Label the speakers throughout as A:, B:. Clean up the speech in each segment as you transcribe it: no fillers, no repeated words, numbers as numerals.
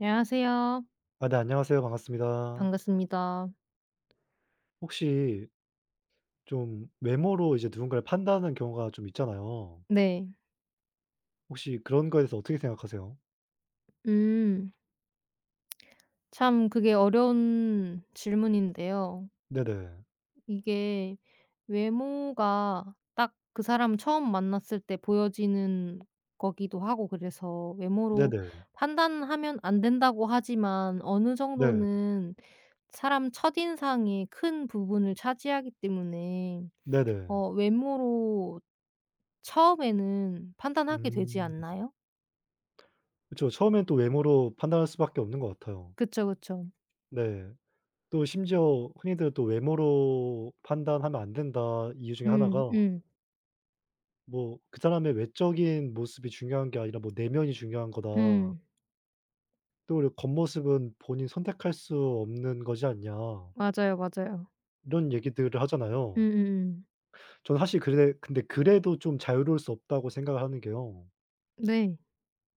A: 안녕하세요.
B: 아 네 안녕하세요. 반갑습니다.
A: 반갑습니다.
B: 혹시 좀 외모로 이제 누군가를 판단하는 경우가 좀 있잖아요.
A: 네.
B: 혹시 그런 거에 대해서 어떻게 생각하세요?
A: 음. 참 그게 어려운 질문인데요.
B: 네네.
A: 이게 외모가 딱 그 사람 처음 만났을 때 보여지는 거기도 하고 그래서 외모로
B: 네네.
A: 판단하면 안 된다고 하지만 어느
B: 네.
A: 정도는 사람 첫인상의 큰 부분을 차지하기 때문에
B: 네네.
A: 외모로 처음에는 판단하게 되지
B: 음.
A: 않나요?
B: 그쵸. 처음엔 또 외모로 판단할 수밖에 없는 것 같아요.
A: 그쵸, 그쵸.
B: 네. 또 심지어 흔히들 또 "외모로 판단하면 안 된다." 이유 중에
A: 음.
B: 하나가
A: 음.
B: 뭐 "그 사람의 외적인 모습이 중요한 게 아니라 뭐 내면이 중요한 거다.
A: 음.
B: 또 그리고 겉모습은 본인 선택할 수 없는 거지 않냐."
A: 맞아요, 맞아요.
B: 이런 얘기들을 하잖아요.
A: 음음음.
B: 저는 사실 그래 근데 그래도 좀 자유로울 수 없다고 생각을 하는 게요.
A: 네.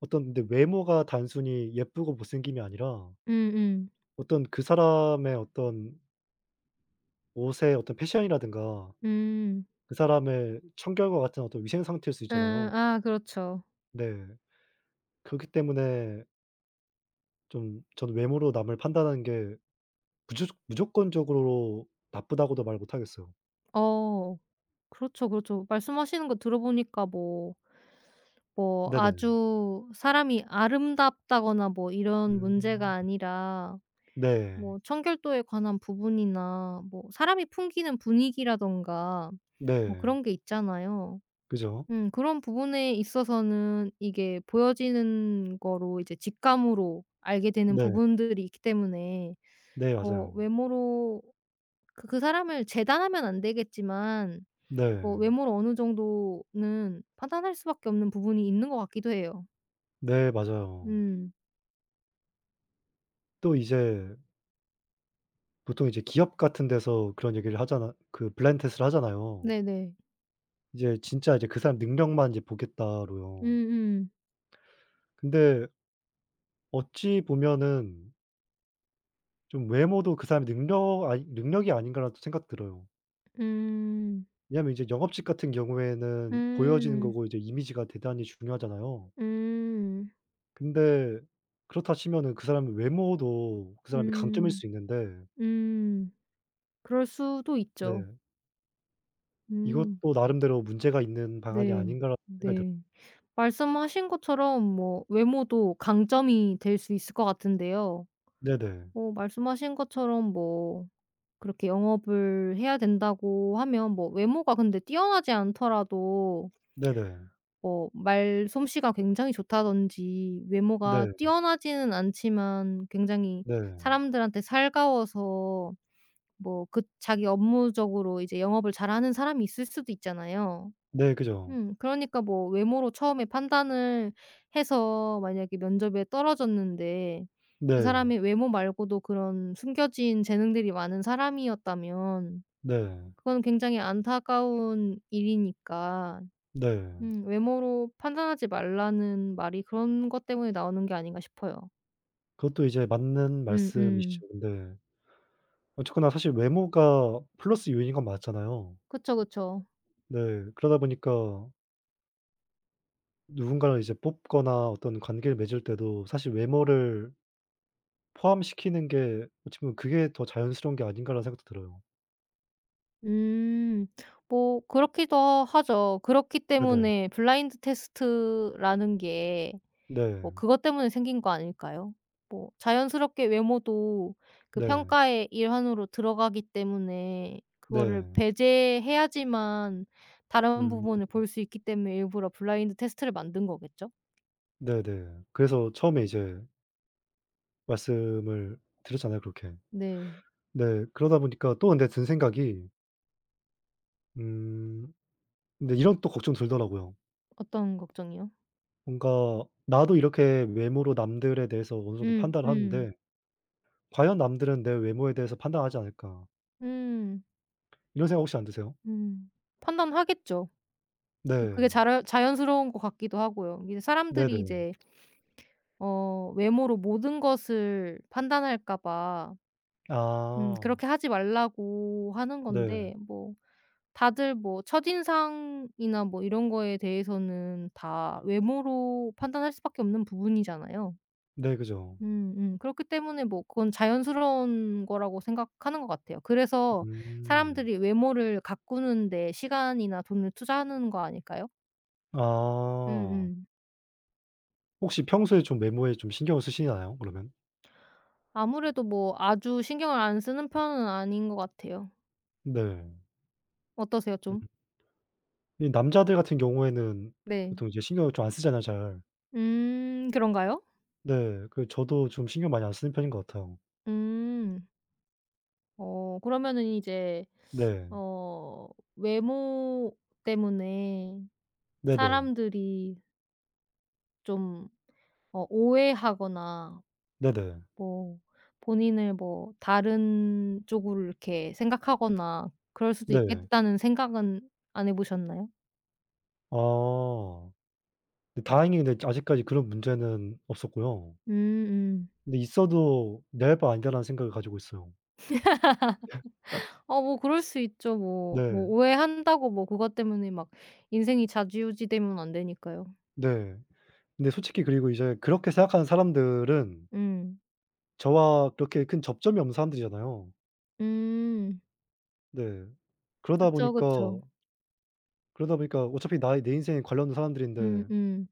B: 어떤 근데 외모가 단순히 예쁘고 못생김이 아니라
A: 음음.
B: 어떤 그 사람의 어떤 옷의 어떤 패션이라든가
A: 음.
B: 그 사람의 청결과 같은 어떤 위생 상태일 수 있잖아요.
A: 아 그렇죠.
B: 네. 그렇기 때문에 좀 저는 외모로 남을 판단하는 게 무조건적으로 나쁘다고도 말 못 하겠어요.
A: 어. 그렇죠, 그렇죠. 말씀하시는 거 들어보니까 뭐
B: 네네.
A: 아주 사람이 아름답다거나 뭐 이런 문제가
B: 음.
A: 아니라
B: 네.
A: 뭐 청결도에 관한 부분이나 뭐 사람이 풍기는 분위기라든가 뭐
B: 네.
A: 그런 게 있잖아요.
B: 그죠.
A: 그런 부분에 있어서는 이게 보여지는 거로 이제 직감으로 알게 되는
B: 네.
A: 부분들이 있기 때문에
B: 네
A: 뭐
B: 맞아요.
A: 외모로 그 사람을 재단하면 안 되겠지만 뭐
B: 네.
A: 외모로 어느 정도는 판단할 수밖에 없는 부분이 있는 것 같기도 해요.
B: 네 맞아요.
A: 음.
B: 또 이제 보통 이제 기업 같은 데서 그런 얘기를 하잖아 그 블라인드 테스트를 하잖아요.
A: 네네.
B: 이제 진짜 이제 그 사람 능력만 이제 보겠다로요.
A: 음음.
B: 근데 어찌 보면은 좀 외모도 그 사람의 능력 아니 '능력이 아닌가.'라는 또 생각 들어요.
A: 음.
B: 왜냐하면 이제 영업직 같은 경우에는 보여지는
A: 음. 음.
B: 거고 이제 이미지가 대단히 중요하잖아요.
A: 음.
B: 근데 그렇다 치면은 그 사람의 외모도 그 사람의 강점일
A: 음.
B: 수 있는데
A: 음. 그럴 수도
B: 네
A: 있죠. 음.
B: 이것도 나름대로 문제가 있는 방안이
A: 네.
B: 아닌가라는 생각이 들어요.
A: 네. 말씀하신 것처럼 뭐 외모도 강점이 될 수 있을 것 같은데요.
B: 네네.
A: 뭐 말씀하신 것처럼 뭐 그렇게 영업을 해야 된다고 하면 뭐 외모가 근데 뛰어나지 않더라도
B: 네네.
A: 뭐 말솜씨가 굉장히 좋다든지
B: 네.
A: 외모가 뛰어나지는 않지만 굉장히
B: 네.
A: 사람들한테 살가워서 뭐 그 자기 업무적으로 이제 영업을 잘하는 사람이 있을 수도 있잖아요.
B: 네 그죠.
A: 그러니까 뭐 외모로 처음에 판단을 해서 만약에 면접에 떨어졌는데 그
B: 네.
A: 사람이 외모 말고도 그런 숨겨진 재능들이 많은 사람이었다면
B: 네.
A: 그건 굉장히 안타까운 일이니까
B: 네.
A: 외모로 판단하지 말라는 말이 그런 것 때문에 나오는 게 아닌가 싶어요.
B: 그것도 이제 맞는
A: 음음.
B: 말씀이시죠. 근데 어쨌거나 사실 외모가 플러스 요인인 건 맞잖아요.
A: 그쵸, 그쵸.
B: 네. 그러다 보니까 누군가를 이제 뽑거나 어떤 관계를 맺을 때도 사실 외모를 포함시키는 게 어찌 보면 그게 더 자연스러운 게 아닌가라는 생각도 들어요.
A: 음. 뭐 그렇기도 하죠. 그렇기
B: 네네.
A: 때문에 블라인드 테스트라는 게 뭐
B: 네.
A: 그것 때문에 생긴 거 아닐까요? 뭐 자연스럽게 외모도 그
B: 네.
A: 평가의 일환으로 들어가기 때문에 그거를
B: 네.
A: 배제해야지만 다른
B: 음.
A: 부분을 볼 수 있기 때문에 일부러 블라인드 테스트를 만든 거겠죠?
B: 네네. 그래서 처음에 이제 말씀을 드렸잖아요 그렇게.
A: 네.
B: 네. 그러다 보니까 또 근데 든 생각이 음 근데 이런 또 걱정 들더라고요.
A: 어떤 걱정이요?
B: 뭔가 나도 이렇게 외모로 남들에 대해서 어느 정도
A: 음
B: 판단을
A: 음.
B: 하는데 '과연 남들은 내 외모에 대해서 판단하지 않을까?'
A: 음.
B: 이런 생각 혹시 안 드세요?
A: 음. 판단하겠죠. 그게
B: 네.
A: 자라 자연스러운 것 같기도 하고요. 이게 사람들이
B: 네네.
A: 이제 외모로 모든 것을 판단할까 봐
B: 아.
A: 그렇게 하지 말라고 하는
B: 네.
A: 건데 뭐 다들 뭐 첫인상이나 뭐 이런 거에 대해서는 다 외모로 판단할 수밖에 없는 부분이잖아요.
B: 네 그죠.
A: 음음. 그렇기 때문에 뭐 그건 자연스러운 거라고 생각하는 것 같아요. 그래서
B: 음.
A: 사람들이 외모를 가꾸는 데 시간이나 돈을 투자하는 거 아닐까요?
B: 아.
A: 음음.
B: 혹시 평소에 좀 외모에 좀 신경을 쓰시나요 그러면?
A: 아무래도 뭐 아주 신경을 안 쓰는 편은 아닌 것 같아요.
B: 네.
A: 어떠세요
B: 음.
A: 좀?
B: 이 남자들 같은 경우에는
A: 네.
B: 보통 이제 신경을 좀 안 쓰잖아요 잘.
A: 그런가요?
B: 네. 그 저도 좀 신경 많이 안 쓰는 편인 것 같아요.
A: 음. 그러면은 이제
B: 네.
A: 어 외모 때문에
B: 네네.
A: 사람들이 좀 오해하거나
B: 네네.
A: 뭐 본인을 뭐 다른 쪽으로 이렇게 생각하거나 그럴 수도
B: 네.
A: 있겠다는 생각은 안 해 보셨나요?
B: 아. 근데 다행히 근데 아직까지 그런 문제는 없었고요.
A: 음음.
B: 근데 있어도 '내 바 아니다.'라는 생각을 가지고 있어요.
A: 뭐 그럴 수 있죠. 뭐
B: 네.
A: 오해한다고 뭐 그것 때문에 막 인생이 좌지우지 되면 안 되니까요.
B: 네. 근데 솔직히 그리고 이제 그렇게 생각하는 사람들은
A: 음.
B: 저와 그렇게 큰 접점이 없는 사람들이잖아요.
A: 음.
B: 네. 그러다
A: 그쵸,
B: 보니까
A: 그쵸.
B: 그러다 보니까 어차피 나의 내 인생에 관련된 사람들인데
A: 음음.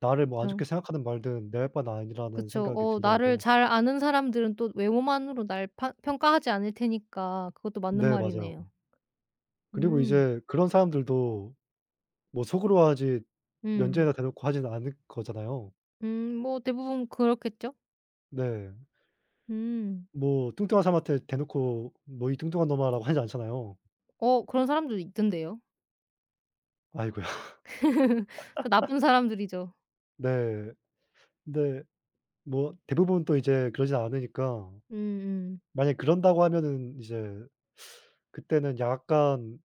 B: 나를 뭐 안
A: 그쵸.
B: 좋게 생각하든 말든 '내 바 아니라.'는
A: 그쵸.
B: 생각이
A: 나를
B: 들더라고요.
A: 잘 아는 사람들은 또 외모만으로 날 파 평가하지 않을 테니까 그것도 맞는
B: 네 맞아요.
A: 말이네요.
B: 그리고
A: 음.
B: 이제 그런 사람들도 뭐 속으로 하지 면제에
A: 음.
B: 다 대놓고 하지는 않을 거잖아요.
A: 뭐 대부분 그렇겠죠.
B: 네.
A: 음.
B: 뭐 뚱뚱한 사람한테 대놓고 "너 이 뚱뚱한 놈아."라고 하지 않잖아요.
A: 그런 사람들도 있던데요.
B: 아이고야.
A: 다 나쁜 사람들이죠.
B: 네. 근데 뭐 대부분 또 이제 그러진 않으니까
A: 음음.
B: 만약에 그런다고 하면은 이제 그때는 약간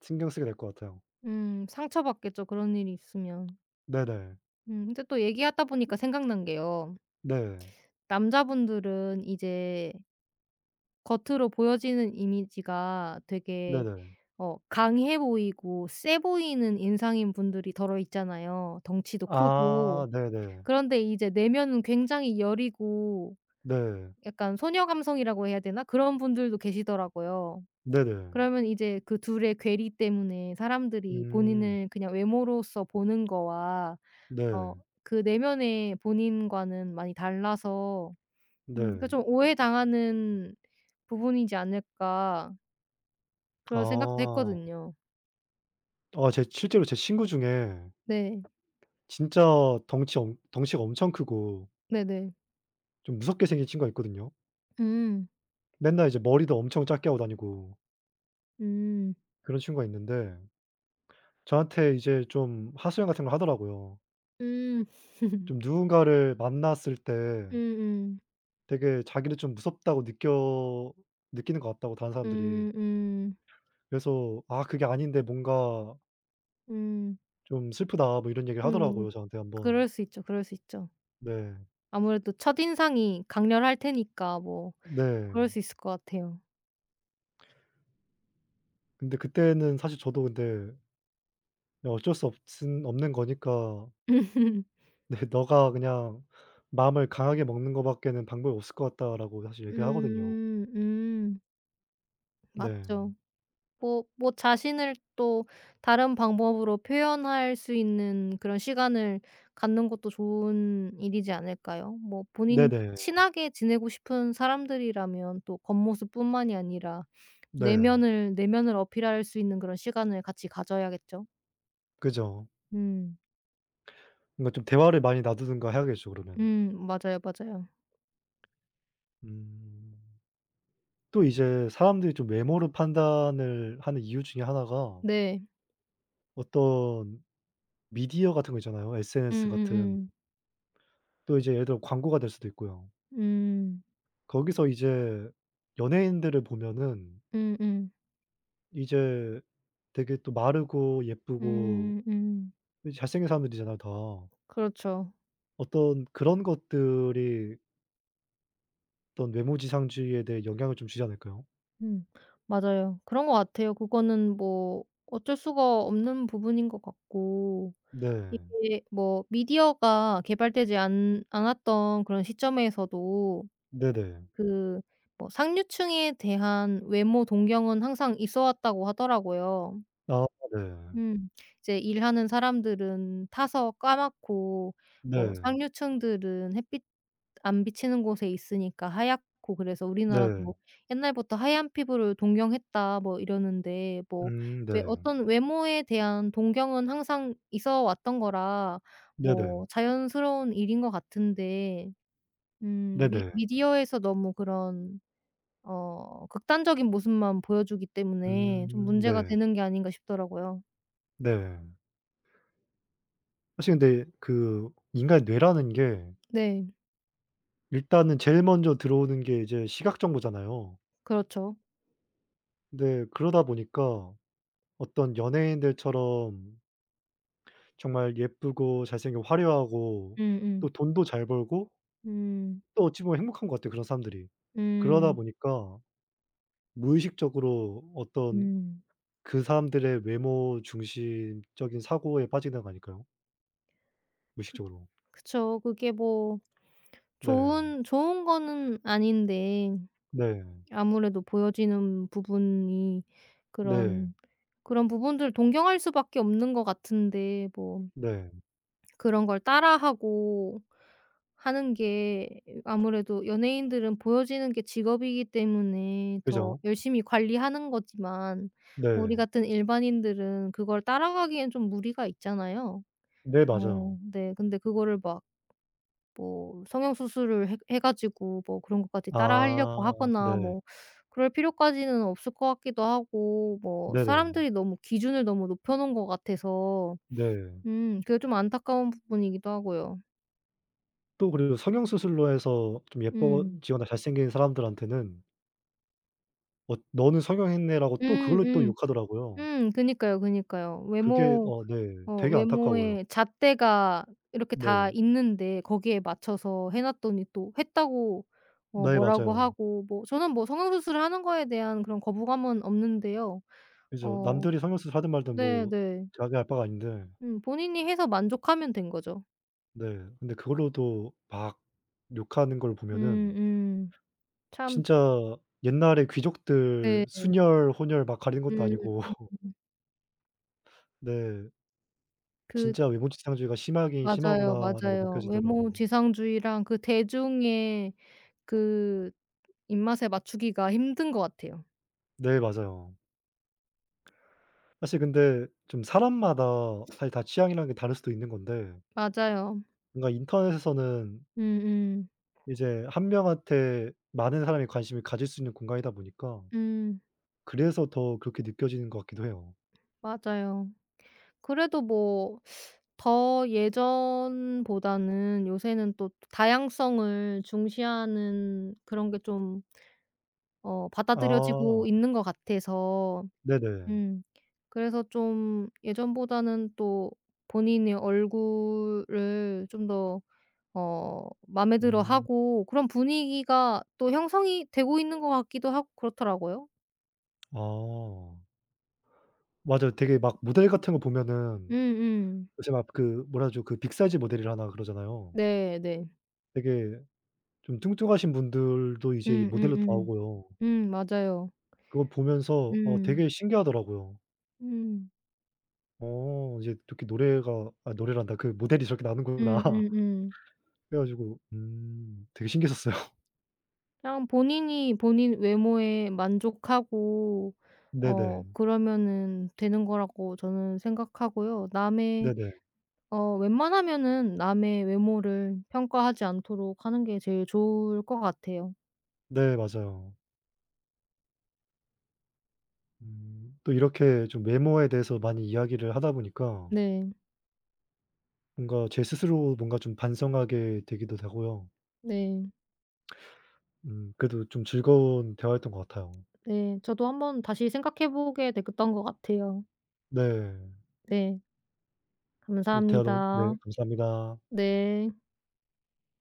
B: 신경 쓰게 될 것 같아요.
A: 상처받겠죠 그런 일이 있으면.
B: 네네.
A: 근데 또 얘기하다 보니까 생각난 게요.
B: 네.
A: 남자분들은 이제 겉으로 보여지는 이미지가 되게
B: 네네.
A: 강해 보이고 쎄 보이는 인상인 분들이 더러 있잖아요, 덩치도 크고.
B: 아 네네.
A: 그런데 이제 내면은 굉장히 여리고
B: 네.
A: 약간 소녀 감성이라고 해야 되나? 그런 분들도 계시더라고요.
B: 네네.
A: 그러면 이제 그 둘의 괴리 때문에 사람들이
B: 음.
A: 본인을 그냥 외모로서 보는 거와 어
B: 네.
A: 그 내면의 본인과는 많이 달라서 그
B: 네.
A: 좀 오해당하는 부분이지 않을까 그런 생각도
B: 아.
A: 했거든요.
B: 아 제 실제로 제 친구 중에
A: 네.
B: 진짜 덩치가 엄청 크고
A: 네네.
B: 좀 무섭게 생긴 친구가 있거든요.
A: 음.
B: 맨날 이제 머리도 엄청 작게 하고 다니고
A: 음.
B: 그런 친구가 있는데 저한테 이제 좀 하소연 같은 걸 하더라고요.
A: 음.
B: 좀 누군가를 만났을 때
A: 음음.
B: 되게 자기를 좀 무섭다고 느껴 느끼는 것 같다고 다른 사람들이.
A: 음 음.
B: 그래서 "아 그게 아닌데 뭔가
A: 음.
B: 좀 슬프다." 뭐 이런 얘기를
A: 음.
B: 하더라고요 저한테 한 번.
A: 그럴 수 있죠, 그럴 수 있죠.
B: 네.
A: 아무래도 첫인상이 강렬할 테니까 뭐
B: 네.
A: 그럴 수 있을 것 같아요.
B: 근데 그때는 사실 저도 근데 네 어쩔 수 없은 없는 거니까 네 "너가 그냥 마음을 강하게 먹는 거 밖에는 방법이 없을 것 같다."라고 사실 얘기를 하거든요.
A: 음.
B: 네.
A: 맞죠. 뭐 자신을 또 다른 방법으로 표현할 수 있는 그런 시간을 갖는 것도 좋은 일이지 않을까요? 뭐 본인이
B: 네네.
A: 친하게 지내고 싶은 사람들이라면 또 겉모습뿐만이 아니라
B: 네.
A: 내면을 어필할 수 있는 그런 시간을 같이 가져야겠죠.
B: 그죠.
A: 음.
B: 뭔가 좀 대화를 많이 놔두든가 해야겠죠 그러면.
A: 음. 맞아요, 맞아요.
B: 음. 또 이제 사람들이 좀 외모로 판단을 하는 이유 중에 하나가
A: 네.
B: 어떤 미디어 같은 거 있잖아요, SNS 같은.
A: 음음음.
B: 또 이제 예를 들어 광고가 될 수도 있고요.
A: 음.
B: 거기서 이제 연예인들을 보면은
A: 음음.
B: 이제 되게 또 마르고 예쁘고
A: 음 음.
B: 이 잘생긴 사람들이잖아요 다.
A: 그렇죠.
B: 어떤 그런 것들이 어떤 외모 지상주의에 대해 영향을 좀 주지 않을까요?
A: 음. 맞아요. 그런 것 같아요. 그거는 뭐 어쩔 수가 없는 부분인 것 같고
B: 네.
A: 이게 뭐 미디어가 개발되지 않 않았던 그런 시점에서도
B: 네네.
A: 그 뭐 상류층에 대한 외모 동경은 항상 있어 왔다고 하더라고요.
B: 아 네.
A: 음. 이제 일하는 사람들은 타서 까맣고 뭐
B: 네.
A: 상류층들은 햇빛 안 비치는 곳에 있으니까 하얗고 그래서 우리나라도
B: 네.
A: 뭐 "옛날부터 하얀 피부를 동경했다." 뭐 이러는데 뭐 왜
B: 네.
A: 어떤 외모에 대한 동경은 항상 있어 왔던 거라
B: 네네.
A: 뭐 자연스러운 일인 것 같은데 미
B: 네네.
A: 미디어에서 너무 그런 극단적인 모습만 보여주기 때문에 좀 문제가
B: 네.
A: 되는 게 아닌가 싶더라고요.
B: 네. 사실 근데 그 인간의 뇌라는 게
A: 네.
B: 일단은 제일 먼저 들어오는 게 이제 시각 정보잖아요.
A: 그렇죠.
B: 근데 그러다 보니까 어떤 연예인들처럼 정말 예쁘고 잘생기고 화려하고 또
A: 음음.
B: 돈도 잘 벌고
A: 음.
B: 또 어찌 보면 행복한 것 같아요, 그런 사람들이.
A: 음.
B: 그러다
A: 음.
B: 보니까 무의식적으로 어떤
A: 음.
B: 그 사람들의 외모 중심적인 사고에 빠지는 거 아닐까요?
A: 그
B: 무의식적으로.
A: 그쵸. 그게 뭐
B: 네.
A: 좋은 거는 아닌데
B: 네.
A: 아무래도 보여지는 부분이
B: 네.
A: 그런 그런 부분들 동경할 수밖에 없는 것 같은데 뭐
B: 네.
A: 그런 걸 따라하고 하는 게 아무래도 연예인들은 보여지는 게 직업이기 때문에 더
B: 그죠.
A: 열심히 관리하는 거지만 우리
B: 네.
A: 같은 일반인들은 그걸 따라가기엔 좀 무리가 있잖아요.
B: 네 맞아요.
A: 네. 근데 그거를 막 뭐 성형 수술을 해 가지고 뭐 그런 것까지 따라 하려고
B: 아
A: 하거나
B: 네.
A: 뭐 그럴 필요까지는 없을 것 같기도 하고 뭐
B: 네네.
A: 사람들이 너무 기준을 너무 높여 놓은 것 같아서
B: 네.
A: 그게 좀 안타까운 부분이기도 하고요.
B: 또 그리고 성형 수술로 해서 좀
A: 음.
B: 예뻐지거나 잘생긴 사람들한테는 "어 너는 성형했네."라고 또
A: 음
B: 그걸로 또
A: 음.
B: 욕하더라고요.
A: 그니까요, 그니까요.
B: 그게
A: 외모
B: 어 네. 되게
A: 외모
B: 안타까워요.
A: 에 잣대가 이렇게 다
B: 네.
A: 있는데 거기에 맞춰서 해 놨더니 또 했다고
B: 네
A: 뭐라고
B: 맞아요.
A: 하고 뭐 저는 뭐 성형수술을 하는 거에 대한 그런 거부감은 없는데요.
B: 그죠.
A: 어
B: 남들이 성형 수술 하든 말든 뭐
A: 네네.
B: 자기 알 바가 아닌데
A: 본인이 해서 만족하면 된 거죠.
B: 네 근데 그걸로도 막 욕하는 걸 보면은
A: 음음. 참
B: 진짜 옛날에
A: 네.
B: 귀족들 순혈, 혼혈 막 가리는 것도
A: 음.
B: 아니고
A: 음.
B: 네
A: 그
B: 진짜 '외모지상주의가 심하긴
A: 맞아요,
B: 심하구나.'라고
A: 맞아요. 외모
B: 느껴지더라고요.
A: 지상주의랑 그 대중의 그 입맛에 맞추기가 힘든 것 같아요.
B: 네 맞아요. 사실 근데 좀 사람마다 사실 다 취향이라는 게 다를 수도 있는 건데
A: 맞아요.
B: 뭔가 인터넷에서는
A: 음음.
B: 이제 한 명한테 많은 사람이 관심을 가질 수 있는 공간이다 보니까
A: 음. 음.
B: 그래서 더 그렇게 느껴지는 것 같기도 해요.
A: 맞아요. 그래도 뭐 더 예전보다는 요새는 또 다양성을 중시하는 그런 게 좀 받아들여지고
B: 아
A: 있는 것 같아서
B: 네네.
A: 음 그래서 좀 예전보다는 또 본인의 얼굴을 좀 더 마음에
B: 음.
A: 들어하고 그런 분위기가 또 형성이 되고 있는 것 같기도 하고 그렇더라고요.
B: 아. 맞아요. 되게 막 모델 같은 거 보면은
A: 음음.
B: 요새 막 그 뭐라 하죠? 그 빅사이즈 모델이라나 그러잖아요.
A: 네네.
B: 되게 좀 뚱뚱하신 분들도 이제 이 모델로
A: 음음음.
B: 나오고요.
A: 맞아요.
B: 그걸 보면서 어
A: 음.
B: 되게 신기하더라고요.
A: 음.
B: 어 이제 이렇게 노래가 아 노래란다. 그 모델이 저렇게 나오는구나.
A: 음음음.
B: 그래 가지고 되게 신기했었어요.
A: 그냥 본인이 본인 외모에 만족하고
B: 네네.
A: 그러면은 되는 거라고 저는 생각하고요. 남의
B: 네네.
A: 어 웬만하면은 남의 외모를 평가하지 않도록 하는 게 제일 좋을 것 같아요.
B: 네 맞아요. 또 이렇게 좀 외모에 대해서 많이 이야기를 하다 보니까
A: 네.
B: 뭔가 제 스스로 뭔가 좀 반성하게 되기도 되고요.
A: 네.
B: 그래도 좀 즐거운 대화였던 것 같아요.
A: 네. 저도 한번 다시 생각해 보게 됐던 것 같아요.
B: 네.
A: 네.
B: 어 대화 너무 네
A: 감사합니다.
B: 감사합니다.
A: 네.